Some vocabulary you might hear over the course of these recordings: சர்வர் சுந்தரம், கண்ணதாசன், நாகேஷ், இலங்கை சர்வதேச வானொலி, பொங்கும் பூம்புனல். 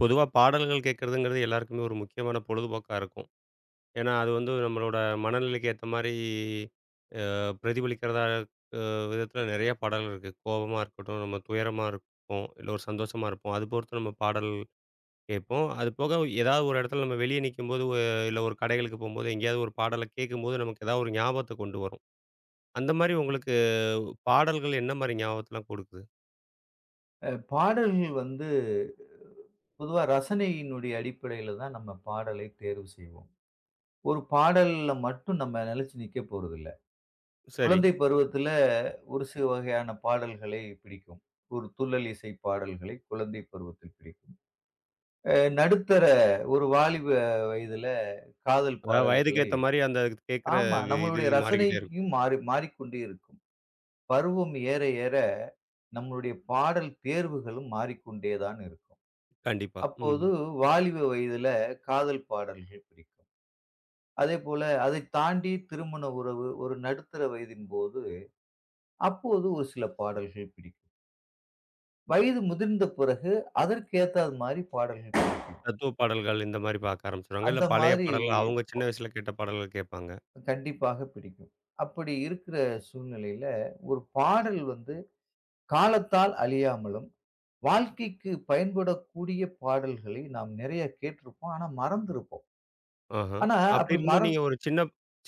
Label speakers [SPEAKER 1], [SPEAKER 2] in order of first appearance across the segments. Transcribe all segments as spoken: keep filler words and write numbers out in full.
[SPEAKER 1] பொதுவா பாடல்கள் கேட்கறதுங்கிறது எல்லாருக்குமே ஒரு முக்கியமான பொழுதுபோக்கா இருக்கும். ஏன்னா, அது வந்து நம்மளோட மனநிலைக்கு ஏத்த மாரி அ பிரதிபலிக்கிறதா அ விதத்தில நிறைய பாடல்கள் இருக்கு. கோவமா இருக்கட்டும், நம்ம துயரமா இருப்போம், இல்ல ஒரு சந்தோஷமா இருப்போம். அது பொறுத்து நம்ம பாடல் கேட்போம். அது போக ஏதாவது ஒரு இடத்துல நம்ம வெளியே நிக்கும்போது, ஒ இல்ல ஒரு கடைகளுக்கு போம்போது, எங்கேயாவது ஒரு பாடல கேட்கும்போது நமக்கு ஏதாவது ஒரு ஞாபகத்த கொண்டு வரும். அந்த மாரி உங்களுக்கு பாடல்கள் என்ன மாரி ஞாபகத்தலாம் கொடுக்குது?
[SPEAKER 2] அ பாடல்கள் வந்து பொதுவா ரசனையினுடைய அடிப்படையில தான் நம்ம பாடலை தேர்வு செய்வோம். ஒரு பாடல்ல மட்டும் நம்ம நிலைச்சு நிக்க போறதில்ல.
[SPEAKER 1] சரி.
[SPEAKER 2] குழந்தை பருவத்தில ஒரு சில வகையான பாடல்களை பிடிக்கும். ஒரு துள்ளல் இசை பாடல்களை குழந்தை பருவத்தில் பிடிக்கும். அ நடுத்தர ஒரு வாலிப வயதில காதல்
[SPEAKER 1] அதாவது வயதுக்கு
[SPEAKER 2] பாடல்களை
[SPEAKER 1] ஏத்த மாரி அந்த கேட்கிற
[SPEAKER 2] ஆமா,
[SPEAKER 1] இது இது
[SPEAKER 2] நம்மளுடைய
[SPEAKER 1] மாறிக்கிட்டே இருக்கும்.
[SPEAKER 2] ரசனைக்கும் மாறி மாறிக்கொண்டே இருக்கும். பருவம் ஏற ஏற நம்மளுடைய பாடல் தேர்வுகளும் மாறிக்கொண்டே தான் இருக்கும்.
[SPEAKER 1] கண்டிப்பா. ம்.
[SPEAKER 2] அப்போது வாலிப வயதில காதல் பாடல்கள் பிடிக்கும். அதேபோல அதைத் தாண்டி திருமண உறவு, ஒரு நடுத்தர வயதின் போது, அப்போது ஒரு சில பாடல்கள் பிடிக்கும். வயது முதிர்ந்த பிறகு அதற்கு ஏத்தாது மாரி பாடல்கள் பிடிக்கும்.
[SPEAKER 1] தத்துவ பாடல்கள் இந்த மாரி பார்க்க ஆரம்பிச்சுருவாங்க. இல்ல
[SPEAKER 2] அந்த
[SPEAKER 1] பழைய
[SPEAKER 2] மாதிரி
[SPEAKER 1] பாடல்கள் அவங்க சின்ன வயசுல கேட்ட பாடல்கள் கேட்பாங்க.
[SPEAKER 2] கண்டிப்பாக பிடிக்கும். அப்படி இருக்கிற சூழ்நிலையில, ஒரு பாடல் வந்து காலத்தால் அழியாமலும், வாழ்க்கைக்கு பயன்படக்கூடிய பாடல்களை நாம் நிறைய கேட்டிருப்போம். ஆனா மறந்திருப்போம்.
[SPEAKER 1] ஆஹா.
[SPEAKER 2] ஆனா
[SPEAKER 1] அப்படி
[SPEAKER 2] அப்படி மற
[SPEAKER 1] இருக்கும்போது நீங்க ஒரு சின்ன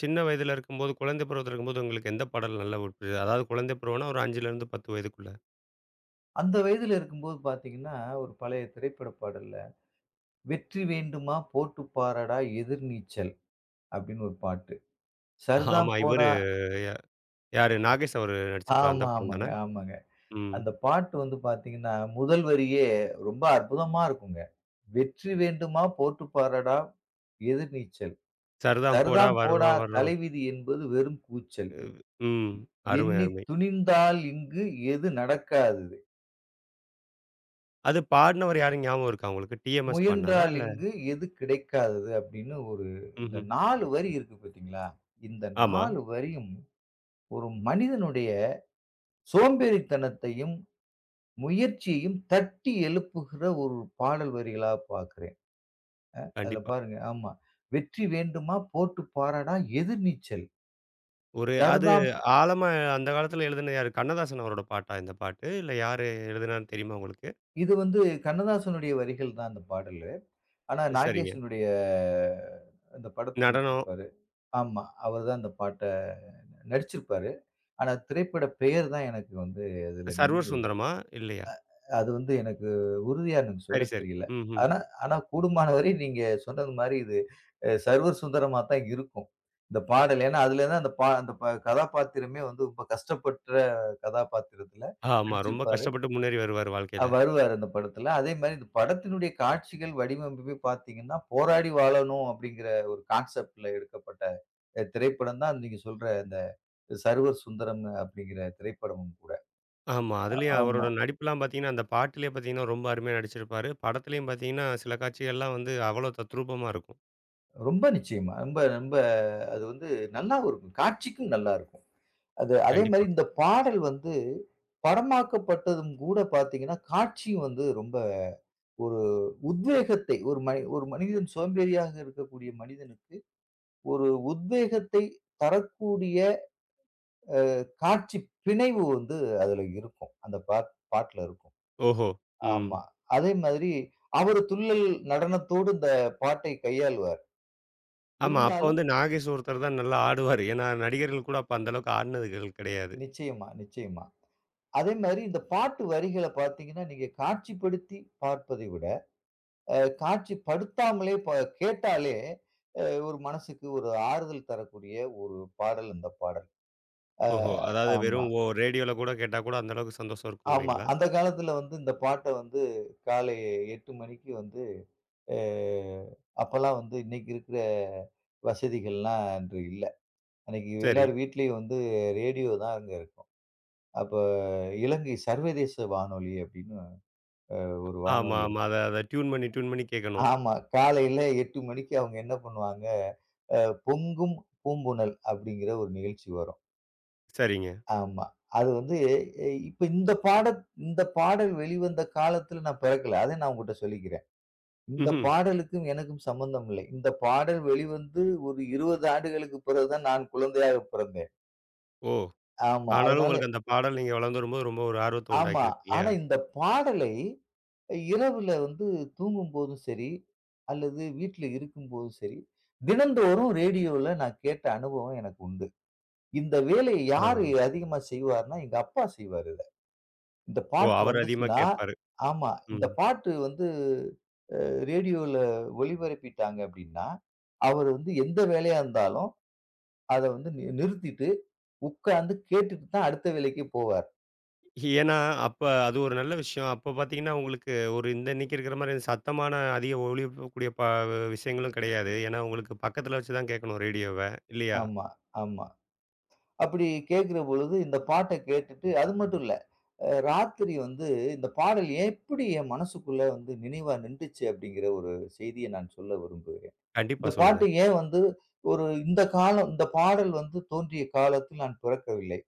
[SPEAKER 1] சின்ன வயதில இருக்கும்போது, குழந்தை பருவத்தில இருக்கும்போது உங்களுக்கு எந்த பாடல் நல்லா பிடிச்சது? அதாவது குழந்தை பருவம்னா ஒரு ஐஞ்சுலேருந்து பத்து வயதுக்குள்ள.
[SPEAKER 2] அந்த வயதில இருக்கும்போது பார்த்தீங்கன்னா, ஒரு பழைய திரைப்பட பாடல்ல, "வெற்றி வேண்டுமா போட்டு பாரடா எதிர்நீச்சல்" அப்படின்னு ஒரு பாட்டு. "சர்தாம்
[SPEAKER 1] ஆமா இவரு
[SPEAKER 2] போடா."
[SPEAKER 1] யா- யாரு நாகேஷ் அவரு நடிச்சிருப்பாரு அந்த
[SPEAKER 2] ஆமா,
[SPEAKER 1] படம்
[SPEAKER 2] ஆமாங்க,
[SPEAKER 1] தானே?
[SPEAKER 2] ஆமாங்க.
[SPEAKER 1] ம்.
[SPEAKER 2] அந்த பாட்டு வந்து பார்த்தீங்கன்னா, முதல் வரியே ரொம்ப அற்புதமா இருக்குங்க. "வெற்றி வேண்டுமா போட்டு பாரடா எதிர்நீச்சல்,
[SPEAKER 1] "சர்தான் போடா
[SPEAKER 2] சர்தாம் போடா
[SPEAKER 1] வருவான் வருவான்."
[SPEAKER 2] தலைவிதி என்பது வெறும் கூச்சல்,
[SPEAKER 1] ம். அருமை,
[SPEAKER 2] எண்ணித்
[SPEAKER 1] அருமை.
[SPEAKER 2] துணிந்தால் இங்கு எது நடக்காது."
[SPEAKER 1] அது பாடுனவர் யாருன்னு ஞாபகம் இருக்கா உங்களுக்கு? டி எம் எஸ் பாடுனாரா?
[SPEAKER 2] "முயன்றால்
[SPEAKER 1] இல்ல.
[SPEAKER 2] இங்கு எது கிடைக்காதது?" அப்படின்னு ஒரு இந்த
[SPEAKER 1] ம்ஹ்ம்.
[SPEAKER 2] நான்கு வரி இருக்கு பார்த்தீங்களா? இந்த
[SPEAKER 1] ஆமா.
[SPEAKER 2] நான்கு வரியும் ஒரு மனிதனுடைய சோம்பேறித்தனத்தையும், முயற்சியையும் தட்டி எழுப்புகிற ஒரு பாடல் வரிகளா பார்க்கிறேன். அதுல
[SPEAKER 1] கண்டிப்பா.
[SPEAKER 2] பாருங்க ஆமா. "வெற்றி வேண்டுமா போட்டு பாறடா எதிர்நீச்சல்
[SPEAKER 1] ஒரு அது
[SPEAKER 2] தருதாம்."
[SPEAKER 1] ஆழமா அந்த காலத்துல எழுதின யாரு? கண்ணதாசன் அவரோட பாட்டா இந்த பாட்டு? இல்ல யாரு எழுதுனான்னு தெரியுமா உங்களுக்கு?
[SPEAKER 2] இது வந்து கண்ணதாசனுடைய வரிகள் தான் அந்த பாடலு. ஆனா
[SPEAKER 1] சரிங்க.
[SPEAKER 2] நாகேஷினுடைய அந்த படத்துல
[SPEAKER 1] நடனம்.
[SPEAKER 2] வச்சிருப்பாரு. ஆமா. அவர் தான் அந்த பாட்ட நடிச்சிருப்பாரு. ஆனா, திரைப்பட பெயர் தான் எனக்கு வந்து அதுல
[SPEAKER 1] சர்வர்
[SPEAKER 2] நினைவில்ல.
[SPEAKER 1] சுந்தரமா? இல்லையா?
[SPEAKER 2] அது வந்து எனக்கு உறுதியா எனக்கு சொல்ல
[SPEAKER 1] சரி, சரி.
[SPEAKER 2] தெரியல.
[SPEAKER 1] ம்ஹ்ம்.
[SPEAKER 2] ஆனா ஆனா கூடுமானவரை நீங்க சொன்னது மாரி இது அ சர்வர் சுந்தரமா தான் இருக்கும். இந்த பாடல். ஏன்னா, அதுலதான் அந்த பா அந்த ப கதாபாத்திரமே வந்து ரொம்ப கஷ்டப்பட்ட கதாபாத்திரத்துல
[SPEAKER 1] ஆமா. ரொம்ப
[SPEAKER 2] நடிச்சிருப்பாரு.
[SPEAKER 1] கஷ்டப்பட்டு முன்னேறி வருவாரு
[SPEAKER 2] அ
[SPEAKER 1] வாழ்க்கையில.
[SPEAKER 2] வருவாரு அந்த படத்துல. அதே மாரி இந்த படத்தினுடைய காட்சிகள், வடிவமைப்பே பார்த்தீங்கன்னா, போராடி வாழணும் அப்படிங்கிற ஒரு கான்செப்ட்ல எடுக்கப்பட்ட அ திரைப்படம் தான் நீங்க சொல்ற அந்த சர்வர் சுந்தரம் அப்படிங்கிற திரைப்படமும் கூட.
[SPEAKER 1] ஆமா. அதுலயும் அவரோட
[SPEAKER 2] ஆமா.
[SPEAKER 1] நடிப்புலாம் பார்த்தீங்கன்னா, அந்த பாட்டுலயே பார்த்தீங்கன்னா, ரொம்ப அருமையா நடிச்சிருப்பாரு. படத்துலயும் பார்த்தீங்கன்னா, சில காட்சிகள்லாம் வந்து அவ்வளோ தத்ரூபமா இருக்கும்.
[SPEAKER 2] ரொம்ப நிச்சயமா. ரொம்ப ரொம்ப அது வந்து நல்லாவும் இருக்கும். காட்சிக்கும் நல்லா இருக்கும். அது அதே மாரி
[SPEAKER 1] கண்டிப்பா.
[SPEAKER 2] இந்த பாடல் வந்து படமாக்கப்பட்டதும் கூட பார்த்தீங்கன்னா, காட்சியும் வந்து ரொம்ப ஒரு உத்வேகத்தை ஒரு மனி ஒரு மனிதன் சோம்பேறியாக இருக்கக்கூடிய மனிதனுக்கு ஒரு உத்வேகத்தை தரக்கூடிய காட்சி பிணைவு வந்து அதுல இருக்கும். அந்த பாட் பாட்டுல இருக்கும்.
[SPEAKER 1] ஓஹோ! ம்.
[SPEAKER 2] ஆமா. அதே மாதிரி அவரு துள்ளல் நடனத்தோடு இந்த பாட்டை கையாளுவார்.
[SPEAKER 1] ஆமா. அப்ப வந்து
[SPEAKER 2] இருந்தாலும்
[SPEAKER 1] நாகேஷ் ஒருத்தர் தான் நல்லா ஆடுவாரு. ஏன்னா, நடிகர்கள் கூட அப்ப அந்த அளவுக்கு ஆடுனதுகள் கிடையாது.
[SPEAKER 2] நிச்சயமா, நிச்சயமா. அதே மாரி இந்த பாட்டு வரிகள பார்த்தீங்கன்னா, நீங்க காட்சிப்படுத்தி பார்ப்பதை விட, அ காட்சிப்படுத்தாமலே ப கேட்டாலே, அ ஒரு மனசுக்கு ஒரு ஆறுதல் தரக்கூடிய ஒரு பாடல் இந்த பாடல். அ
[SPEAKER 1] ஓஹோ! அதாவது
[SPEAKER 2] ஆமா,
[SPEAKER 1] வெறும் ஓ ரேடியோல கூட கேட்டா கூட அந்த அளவுக்கு சந்தோஷம்
[SPEAKER 2] ஆமா.
[SPEAKER 1] இருக்குங்கிறீங்களா?
[SPEAKER 2] அந்த காலத்தில வந்து இந்த பாட்ட வந்து காலை எட்டு மணிக்கு வந்து அ அப்பலாம் வந்து இன்னைக்கு இருக்கிற வசதிகள்லாம் அன்று இல்ல. அன்னைக்கு
[SPEAKER 1] சரி.
[SPEAKER 2] எல்லார் வீட்லயும் வந்து ரேடியோ தான் அங்க இருக்கும். அப்ப இலங்கை சர்வதேச வானொலி அப்படின்னு ஒரு
[SPEAKER 1] ஆமா,
[SPEAKER 2] வானொலி
[SPEAKER 1] ஆமா.
[SPEAKER 2] இருக்கு.
[SPEAKER 1] அத அத டியூன் பண்ணி, டியூன் பண்ணி கேட்கணும்.
[SPEAKER 2] ஆமா. காலையில எட்டு மணிக்கு அவங்க என்ன பண்ணுவாங்க, அ பொங்கும் பூம்புனல் அப்படிங்கிற ஒரு நிகழ்ச்சி வரும்.
[SPEAKER 1] சரிங்க.
[SPEAKER 2] ஆமா. அது வந்து அஹ், இப்ப இந்த பாடல் இந்த பாடல் வெளிவந்த காலத்துல நான் பிறக்கல. அத நான் உங்ககிட்ட சொல்லிக்கிறேன். இந்த
[SPEAKER 1] ம்ஹ்ம்.
[SPEAKER 2] பாடலுக்கும் எனக்கும் சம்பந்தம் இல்லை. இந்த பாடல் வெளிவந்து ஒரு இருபது ஆண்டுகளுக்கு பிறகு தான் நான் குழந்தையாக பிறந்தேன்.
[SPEAKER 1] ஓ!
[SPEAKER 2] ஆமா.
[SPEAKER 1] ஆனாலும்
[SPEAKER 2] அதனால
[SPEAKER 1] உங்களுக்கு அந்த பாடல் நீங்க வளர்ந்து வரும்போது ரொம்ப ஒரு ஆர்வத்த
[SPEAKER 2] ஆமா.
[SPEAKER 1] உண்டாக்கியிருக்கு இல்லையா?
[SPEAKER 2] ஆனா இந்த பாடலை இரவுல வந்து தூங்கும்போதும் சரி, அல்லது வீட்ல இருக்கும்போதும் சரி, தினந்தோறும் ரேடியோல நான் கேட்ட அனுபவம் எனக்கு உண்டு. இந்த வேலைய யாரு
[SPEAKER 1] ஆ.
[SPEAKER 2] அதிகமா செய்வார்ன்னா, எங்க அப்பா செய்வாரு இத. இந்த
[SPEAKER 1] ஓ!
[SPEAKER 2] பாட்டு
[SPEAKER 1] அவரு அதிகமா
[SPEAKER 2] வந்துச்சுன்னா
[SPEAKER 1] கேட்பாரு.
[SPEAKER 2] ஆமா. இந்த
[SPEAKER 1] ம்.
[SPEAKER 2] பாட்டு வந்து அ ரேடியோல ஒளிபரப்பிட்டாங்க அப்டின்னா, அவரு வந்து எந்த வேலையா இருந்தாலும், அத வந்து நி நிறுத்திட்டு உட்கார்ந்து கேட்டுட்டு தான் அடுத்த வேலைக்கே போவார்.
[SPEAKER 1] ஏன்னா, அப்ப அது ஒரு நல்ல விஷயம். அப்ப பார்த்தீங்கன்னா, உங்களுக்கு ஒரு இந்த இன்னைக்கு இருக்கிற மாரி சத்தமான அதிக ஒலிபரப்பக்கூடிய ப விஷயங்களும் கிடையாது. ஏன்னா, உங்களுக்கு பக்கத்துல வச்சு தான் கேட்கணும் ரேடியோவ. இல்லையா?
[SPEAKER 2] ஆமா, ஆமா. அப்படி கேட்கிற பொழுது இந்த பாட்ட கேட்டுட்டு அது மட்டும் இல்ல. அ ராத்திரி வந்து இந்த பாடல் எப்படி என் மனசுக்குள்ள வந்து நினைவா நின்றுச்சு அப்படிங்கிற ஒரு செய்திய நான் சொல்ல விரும்புகிறேன்.
[SPEAKER 1] கண்டிப்பா
[SPEAKER 2] இந்த
[SPEAKER 1] சொல்லுங்க.
[SPEAKER 2] பாட்டு ஏன் வந்து ஒரு இந்த காலம் இந்த பாடல் வந்து தோன்றிய காலத்தில் நான் பிறக்கவில்லை.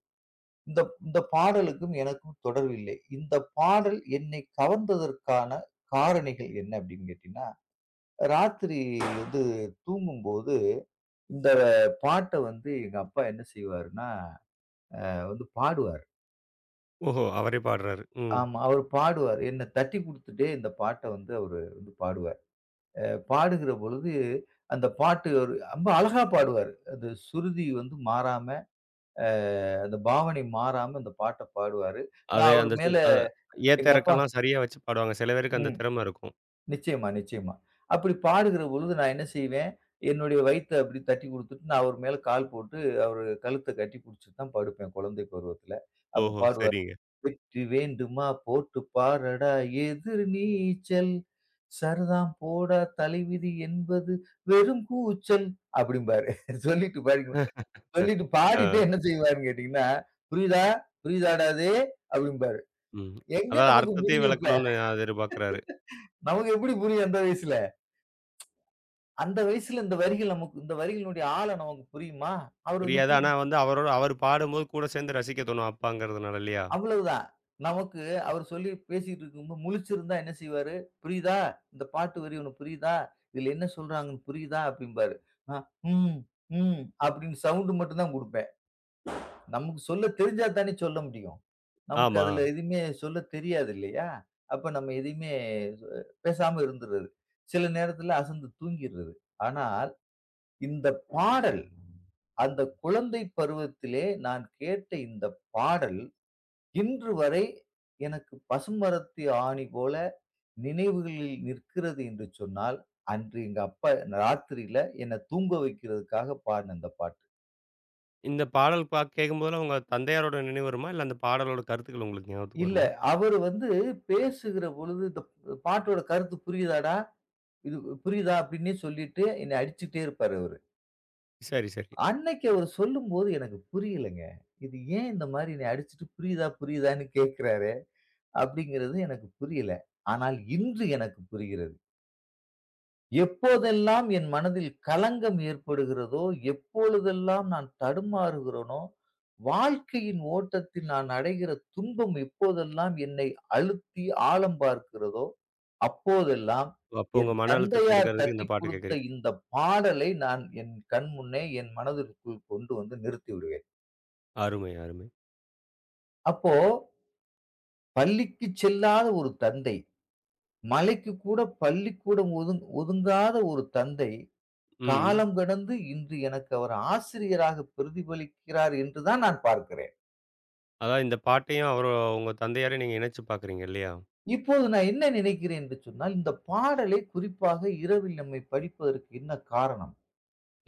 [SPEAKER 2] இந்த இந்த பாடலுக்கும் எனக்கும் தொடர்பில்லை. இந்த பாடல் என்னை கவர்ந்ததற்கான காரணிகள் என்ன அப்படின்னு கேட்டீங்கன்னா, ராத்திரி வந்து தூங்கும்போது இந்த பாட்ட வந்து எங்க அப்பா என்ன செய்வாருன்னா, வந்து பாடுவாரு.
[SPEAKER 1] ஓஹோ! அவரே பாடுறாரு. ம்.
[SPEAKER 2] ஆமா. அவரு பாடுவாரு. என்ன தட்டி குடுத்துட்டே இந்த பாட்ட வந்து அவரு வந்து பாடுவார். அ பாடுகிற பொழுது, அந்த பாட்டு ஒரு ரொம்ப அழகா பாடுவாரு. அந்த சுருதி வந்து மாறாம, அ அந்த பாவனை மாறாம அந்த பாட்ட பாடுவாரு.
[SPEAKER 1] அது
[SPEAKER 2] நான் அவரு
[SPEAKER 1] அந்த சு
[SPEAKER 2] மேல
[SPEAKER 1] அ ஏத்த
[SPEAKER 2] எங்க அப்பா
[SPEAKER 1] இறக்கம்லாம் சரியா வச்சு பாடுவாங்க. சில பேருக்கு அந்த
[SPEAKER 2] ம்.
[SPEAKER 1] திறமை இருக்கும்.
[SPEAKER 2] நிச்சயமா, நிச்சயமா. அப்படி பாடுகிற பொழுது நான் என்ன செய்வேன், என்னுடைய வயித்த அப்படி தட்டி குடுத்துட்டு, நான் அவரு மேல கால் போட்டு, அவரு கழுத்த கட்டி புடிச்சுட்டு தான் படுப்பேன், குழந்தை பருவத்துல. அப்ப
[SPEAKER 1] ஓஹோ!
[SPEAKER 2] பாடுவாரு.
[SPEAKER 1] சரிங்க.
[SPEAKER 2] வெற்றி வேண்டுமா போட்டு பாரடா எதிர் நீச்சல். சரதாம் போடா தலைவிதி என்பது வெறும் கூச்சல். அப்படிம்பாரு. சொல்லிட்டு பாருங்க. சொல்லிட்டு பாடிட்டு
[SPEAKER 1] அ,
[SPEAKER 2] என்ன செய்வாருன்னு கேட்டீங்கன்னா, புரியுதா? புரியுதாடா இது? அப்படிம்பாரு.
[SPEAKER 1] ம்.
[SPEAKER 2] எங்க
[SPEAKER 1] அதாவது
[SPEAKER 2] நமக்கு
[SPEAKER 1] அர்த்தத்தையும்
[SPEAKER 2] புரியும் இப்ப?
[SPEAKER 1] விளக்கணும்னு அது எதிர்பார்க்கிறாரு.
[SPEAKER 2] நமக்கு எப்படி புரியும் அந்த வயசுல? அந்த வயசுல இந்த வரிகள் நமக்கு இந்த வரிகளினுடைய ஆழம் நமக்கு புரியுமா? அவர் வந்து
[SPEAKER 1] புரியாது. ஆனா
[SPEAKER 2] திருப்பி
[SPEAKER 1] வந்து அவரோட அவர் பாடும்போது கூட சேர்ந்து ரசிக்க தோணும் அப்பாங்கிறதுனால இல்லையா?
[SPEAKER 2] அவ்வளவுதான். நமக்கு அவர் சொல்லி பேசிட்டு இருக்கும்போது முழிச்சிருந்தா என்ன செய்வாரு? "புரியுதா? இந்த பாட்டு வரி உனக்கு புரியுதா? இதுல என்ன சொல்றாங்கன்னு புரியுதா?" அப்படிம்பாரு. "ஆ, ம், ம்" அப்படின்னு சவுண்ட் மட்டும் தான் குடுப்பேன். நமக்கு சொல்ல தெரிஞ்சா தானே சொல்ல முடியும். நமக்கு
[SPEAKER 1] ஆமா.
[SPEAKER 2] அதுல எதுவுமே சொல்ல தெரியாது இல்லையா? அப்ப நம்ம எதையுமே சொ பேசாம இருந்துறது. சில நேரத்துல அசந்து தூங்கிர்றது. ஆனால் இந்த பாடல், அந்த குழந்தை பருவத்திலே நான் கேட்ட இந்த பாடல் இன்று வரை எனக்கு பசுமரத்து ஆணி போல நினைவுகளில் நிற்கிறது என்று சொன்னால், அன்று எங்க அப்பா ராத்திரியில என்ன தூங்க வைக்கிறதுக்காக பாடுன அந்த பாட்டு.
[SPEAKER 1] இந்த பாடல் பா கேட்கும்போதெல்லாம் உங்க தந்தையாரோட நினைவு வருமா? இல்ல அந்த பாடலோட கருத்துக்கள் உங்களுக்கு ஞாபகத்துக்கு
[SPEAKER 2] இல்ல,
[SPEAKER 1] வருமா?
[SPEAKER 2] அவரு வந்து பேசுகிற பொழுது இந்த பாட்டோட கருத்து புரியுதாடா? இது புரியுதா? அப்டின்னே சொல்லிட்டு என்ன அடிச்சுட்டே இருப்பாரு அவரு.
[SPEAKER 1] சரி, சரி.
[SPEAKER 2] அன்னைக்கு அவரு சொல்லும்போது எனக்கு புரியலங்க. இது ஏன் இந்த மாரி என்னைய அடிச்சுட்டு புரியுதா புரியுதான்னு கேட்கிறாரே? அப்டிங்கிறது எனக்கு புரியல. ஆனால் இன்று எனக்கு புரிகிறது. எப்போதெல்லாம் என் மனதில் கலங்கம் ஏற்படுகிறதோ, எப்பொழுதெல்லாம் நான் தடுமாறுகிறேனோ, வாழ்க்கையின் ஓட்டத்தில் நான் அடைகிற துன்பம் எப்போதெல்லாம் என்னை அழுத்தி ஆழம் பார்க்கிறதோ, அப்போதெல்லாம்
[SPEAKER 1] அப்போ உங்க
[SPEAKER 2] என்
[SPEAKER 1] மன அழுத்தத்த
[SPEAKER 2] தந்தையார்
[SPEAKER 1] எடுக்கிறதுக்கு இந்த
[SPEAKER 2] தட்டிக்
[SPEAKER 1] பாட்டு
[SPEAKER 2] குடுத்த
[SPEAKER 1] கேட்குறீங்க.
[SPEAKER 2] இந்த பாடலை நான் என் கண் முன்னே என் மனதிற்குள் கொண்டு வந்து நிறுத்திவிடுவேன்.
[SPEAKER 1] அருமை, அருமை.
[SPEAKER 2] அப்போ பள்ளிக்குச் செல்லாத ஒரு தந்தை, மலைக்குக் கூட பள்ளிக்கூடம் ஒதுங் ஒதுங்காத ஒரு தந்தை
[SPEAKER 1] ம்.
[SPEAKER 2] காலம் கடந்து இன்று எனக்கு அவர் ஆசிரியராக பிரதிபலிக்கிறார் என்றுதான் நான் பார்க்கிறேன்.
[SPEAKER 1] அதாவது இந்த பாட்டையும் அவரு உங்க தந்தையாரையும் நீங்க இணைச்சு பார்க்குறீங்க இல்லையா?
[SPEAKER 2] இப்போது நான் என்ன நினைக்கிறேன் என்று சொன்னால், இந்த பாடலை குறிப்பாக இரவில் நம்மை படிப்பதற்கு என்ன காரணம்?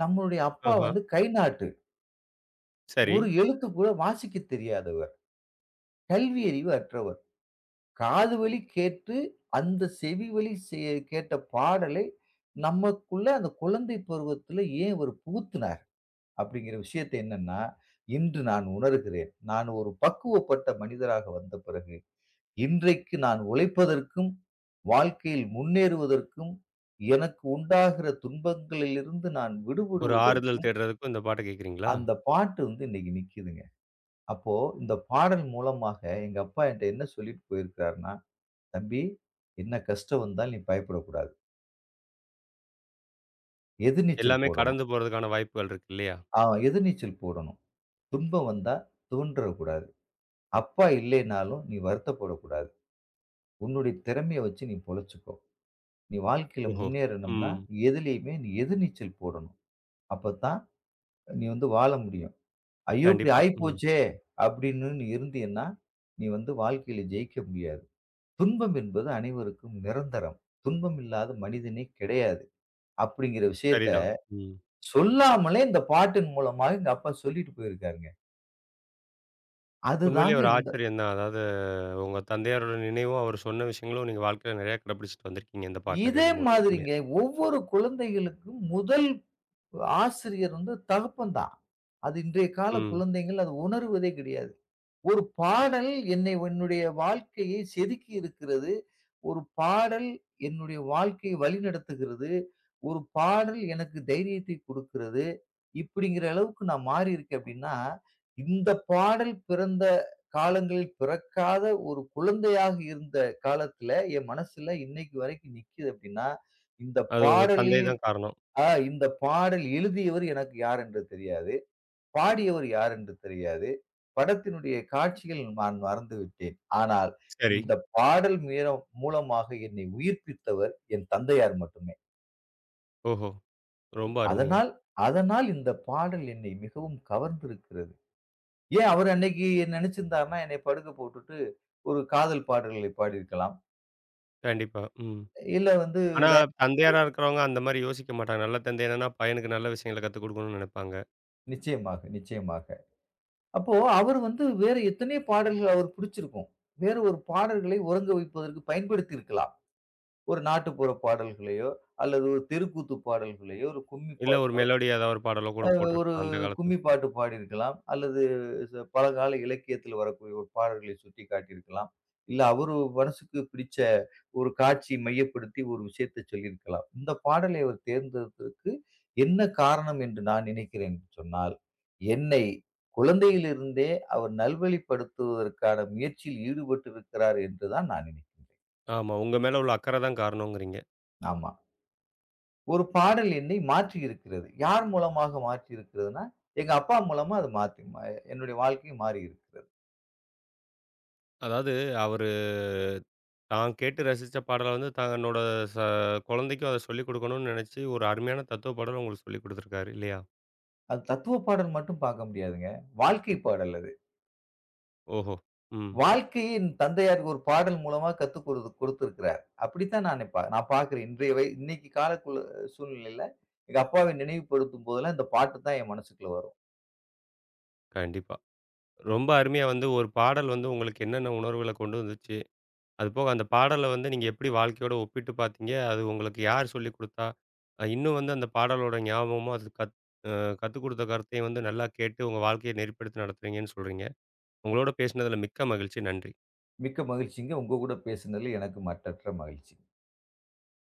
[SPEAKER 2] நம்மளுடைய அப்பா
[SPEAKER 1] ஆஹா.
[SPEAKER 2] வந்து கை நாட்டு.
[SPEAKER 1] சரி.
[SPEAKER 2] ஒரு எழுத்து கூட வாசிக்கத் தெரியாதவர். கல்வி அறிவு அற்றவர். காது வழி கேட்டு, அந்த செவி வழி செ கேட்ட பாடலை நமக்குள்ள அந்த குழந்தை பருவத்தில ஏன் அவர் புகுத்துனார்? அப்படிங்கிற விஷயத்தை என்னன்னா, இன்று நான் உணர்கிறேன். நான் ஒரு பக்குவப்பட்ட மனிதராக வந்த பிறகு, இன்றைக்கு நான் உழைப்பதற்கும், வாழ்க்கையில் முன்னேறுவதற்கும், எனக்கு உண்டாகிற துன்பங்களிலிருந்து நான்
[SPEAKER 1] ஒரு ஆறுதல்
[SPEAKER 2] விடுபடுவதற்கும்,
[SPEAKER 1] தேடுறதுக்கும் இந்த பாட்ட கேட்குறீங்களா?
[SPEAKER 2] அந்த பாட்டு வந்து இன்னைக்கு நிக்குதுங்க. அப்போ இந்த பாடல் மூலமாக எங்க அப்பா என்ட்ட என்ன சொல்லிட்டு போயிருக்கிறார்ன்னா, "தம்பி, என்ன கஷ்டம் வந்தாலும் நீ பயப்படக்கூடாது. எதிர்நீச்சல்
[SPEAKER 1] எல்லாமே
[SPEAKER 2] போடணும்.
[SPEAKER 1] கடந்து போறதுக்கான வாய்ப்புகள் இருக்கு இல்லையா?
[SPEAKER 2] ஆ எதிர்நீச்சல் போடணும். துன்பம் வந்தா துவண்டறக்கூடாது." அப்பா இல்லைனாலும் நீ வருத்தப்படக்கூடாது. உன்னுடைய திறமைய வச்சு நீ பொழச்சுக்கோ. நீ வாழ்க்கையில
[SPEAKER 1] ஓஹோ!
[SPEAKER 2] முன்னேறணும்னா,
[SPEAKER 1] ம்.
[SPEAKER 2] எதுலயுமே நீ எதிர்நீச்சல் போடணும். அப்பத்தான் நீ வந்து வாழ முடியும். ஐயோ! இப்படி
[SPEAKER 1] கண்டிப்பா. ம்.
[SPEAKER 2] ஆயிப்போச்சே! அப்படின்னு நீ இருந்தீன்னா, நீ வந்து வாழ்க்கையில ஜெயிக்க முடியாது. துன்பம் என்பது அனைவருக்கும் நிரந்தரம். துன்பம் இல்லாத மனிதனே கிடையாது. அப்படிங்கிற விஷயத்த
[SPEAKER 1] சரிதான். ம்.
[SPEAKER 2] சொல்லாமலே இந்த பாட்டின் மூலமா எங்க அப்பா சொல்லிட்டு போயிருக்காருங்க.
[SPEAKER 1] உண்மையிலேயே
[SPEAKER 2] அதுதாங்க
[SPEAKER 1] ஒரு
[SPEAKER 2] இந்த
[SPEAKER 1] ஆச்சரியம் தான். அதாவது உங்க தந்தையாரோட நினைவும், அவர் சொன்ன விஷயங்களும் நீங்க வாழ்க்கையில நிறையா கடைப்பிடிச்சுட்டு வந்திருக்கீங்க இந்த பாட்ட
[SPEAKER 2] இதே
[SPEAKER 1] கேட்கும் மூலமா இல்லையா?
[SPEAKER 2] மாதிரிங்க ஒவ்வொரு குழந்தைகளுக்கும் முதல் ஆசிரியர் வந்து தகப்பன் தான். அது இன்றைய கால
[SPEAKER 1] ம்.
[SPEAKER 2] குழந்தைகள் அது உணருவதே கிடையாது. ஒரு பாடல் என்னை என்னுடைய வாழ்க்கையை செதுக்கி இருக்கிறது. ஒரு பாடல் என்னுடைய வாழ்க்கையை வழிநடத்துகிறது. ஒரு பாடல் எனக்கு தைரியத்தை குடுக்கிறது. இப்படிங்கிற அளவுக்கு நான் மாறியிருக்கேன் அப்படின்னா, இந்த பாடல் பிறந்த காலங்களில் பிறக்காத ஒரு குழந்தையாக இருந்த காலத்துல என் மனசுல இன்னைக்கு வரைக்கும் நிக்குது அப்படின்னா, இந்த
[SPEAKER 1] அது உங்க தந்தை
[SPEAKER 2] பாடலில்
[SPEAKER 1] தான் காரணம்.
[SPEAKER 2] ஆ இந்த பாடல் எழுதியவர் எனக்கு யார் என்று தெரியாது. பாடியவர் யார் என்று தெரியாது. படத்தினுடைய காட்சிகள் நான் மறந்து விட்டேன். ஆனால்
[SPEAKER 1] சரி.
[SPEAKER 2] இந்த பாடல் மீரம் மூலமாக என்னை உயிர்ப்பித்தவர் என் தந்தையார் மட்டுமே.
[SPEAKER 1] ஓஹோ! ரொம்ப அருமைங்க.
[SPEAKER 2] அதனால் அதனால் இந்த பாடல் என்னை மிகவும் கவர்ந்திருக்கிறது. ஏன் அவர் அன்னைக்கு என்ன நினைச்சிருந்தாருன்னா, என்னை படுக்க போட்டுட்டு ஒரு காதல் பாடல்களை பாடியிருக்கலாம்.
[SPEAKER 1] கண்டிப்பா. ம்.
[SPEAKER 2] இல்ல வந்து
[SPEAKER 1] ஆனா
[SPEAKER 2] ஏதாவது
[SPEAKER 1] தந்தையாரா இருக்கிறவங்க அந்த மாரி யோசிக்க மாட்டாங்க. நல்ல தந்தை என்னன்னா பையனுக்கு நல்ல விஷயங்கள கத்துக் குடுக்கணும்னு நினைப்பாங்க.
[SPEAKER 2] நிச்சயமாக, நிச்சயமாக. அப்போ அவரு வந்து வேற எத்தனையோ பாடல்கள் அவருக்கு பிடிச்சிருக்கும். வேற ஒரு பாடல்களை உறங்க வைப்பதற்கு பயன்படுத்தி இருக்கலாம். ஒரு நாட்டுப்புற பாடல்களையோ, அல்லது ஒரு தெருக்கூத்து பாடல்களையோ, ஒரு கும்மி
[SPEAKER 1] இல்ல
[SPEAKER 2] பாட்
[SPEAKER 1] ஒரு மெலோடி ஏதாவது ஒரு பாடலோ கூட
[SPEAKER 2] அ ஒரு
[SPEAKER 1] போட்டிருக்கலாம் அந்த காலத்துல.
[SPEAKER 2] கும்மி பாட்டு பாடியிருக்கலாம். அல்லது ச பழங்கால இலக்கியத்துல வரக்கூடிய ஒரு பாடல்களை சுட்டிக்காட்டியிருக்கலாம். இல்ல அவரு மனசுக்கு பிடிச்ச ஒரு காட்சியை மையப்படுத்தி ஒரு விஷயத்தை சொல்லியிருக்கலாம். இந்த பாடலை அவர் தேர்ந்தெடுத்ததற்கு என்ன காரணம் என்று நான் நினைக்கிறேன் என்று சொன்னால், என்னை குழந்தையிலிருந்தே அவர் நல்வழிப்படுத்துவதற்கான முயற்சியில் ஈடுபட்டிருக்கிறார் என்று தான் நான் நினைக்கின்றேன்.
[SPEAKER 1] ஆமா. உங்க மேல உள்ள அக்கறை தான் காரணம்ங்கிறீங்க.
[SPEAKER 2] ஆமா. ஒரு பாடல் என்னை மாற்றியிருக்கிறது. யார் மூலமாக மாற்றியிருக்கிறதுன்னா, எங்க அப்பா மூலமா அது மாத்தி ம என்னுடைய வாழ்க்கை மாறியிருக்கிறது.
[SPEAKER 1] அதாவது, அவரு தான் கேட்டு ரசிச்ச பாடல வந்து தன்னோட ச குழந்தைக்கும் அத சொல்லிக் குடுக்கணும்னு நெனச்சு, ஒரு அருமையான தத்துவ பாடல உங்களுக்கு சொல்லிக் குடுத்துருக்காரு இல்லையா?
[SPEAKER 2] அது தத்துவ பாடல் மட்டும் பார்க்க முடியாதுங்க. வாழ்க்கை பாடல் அது.
[SPEAKER 1] ஓஹோ! ம்.
[SPEAKER 2] வாழ்க்கையை என் தந்தையார் ஒரு பாடல் மூலமா கத்துக் கொடுத்து கொடுத்திருக்கிறார். அப்படித்தான் நான் பா நான் பார்க்கிறேன். இன்றைய வய இன்னைக்கு காலக்குள்ள சூழ்நிலையில, எங்க அப்பாவை நினைவுபடுத்தும் போதெல்லாம் இந்த பாட்டு தான் என் மனசுக்குள்ள வரும்.
[SPEAKER 1] கண்டிப்பா. ரொம்ப அருமையா வந்து ஒரு பாடல் வந்து உங்களுக்கு என்னென்ன உணர்வுகள கொண்டு வந்துச்சு? அதுபோக அந்த பாடல வந்து நீங்க எப்படி வாழ்க்கையோட ஒப்பிட்டு பார்த்தீங்க? அது உங்களுக்கு யார் சொல்லிக் குடுத்தா? அ இன்னும் வந்து அந்த பாடலோட ஞாபகமும், அது கத் அ கத்துக் குடுத்த கருத்தையும் வந்து நல்லா கேட்டு உங்க வாழ்க்கைய நெறிப்படுத்தி நடத்துறீங்கன்னு சொல்றீங்க. உங்களோட பேசினதுல மிக்க மகிழ்ச்சி. நன்றி.
[SPEAKER 2] மிக்க மகிழ்ச்சிங்க. உங்க கூட பேசுனதுல எனக்கு மட்டற்ற மகிழ்ச்சி.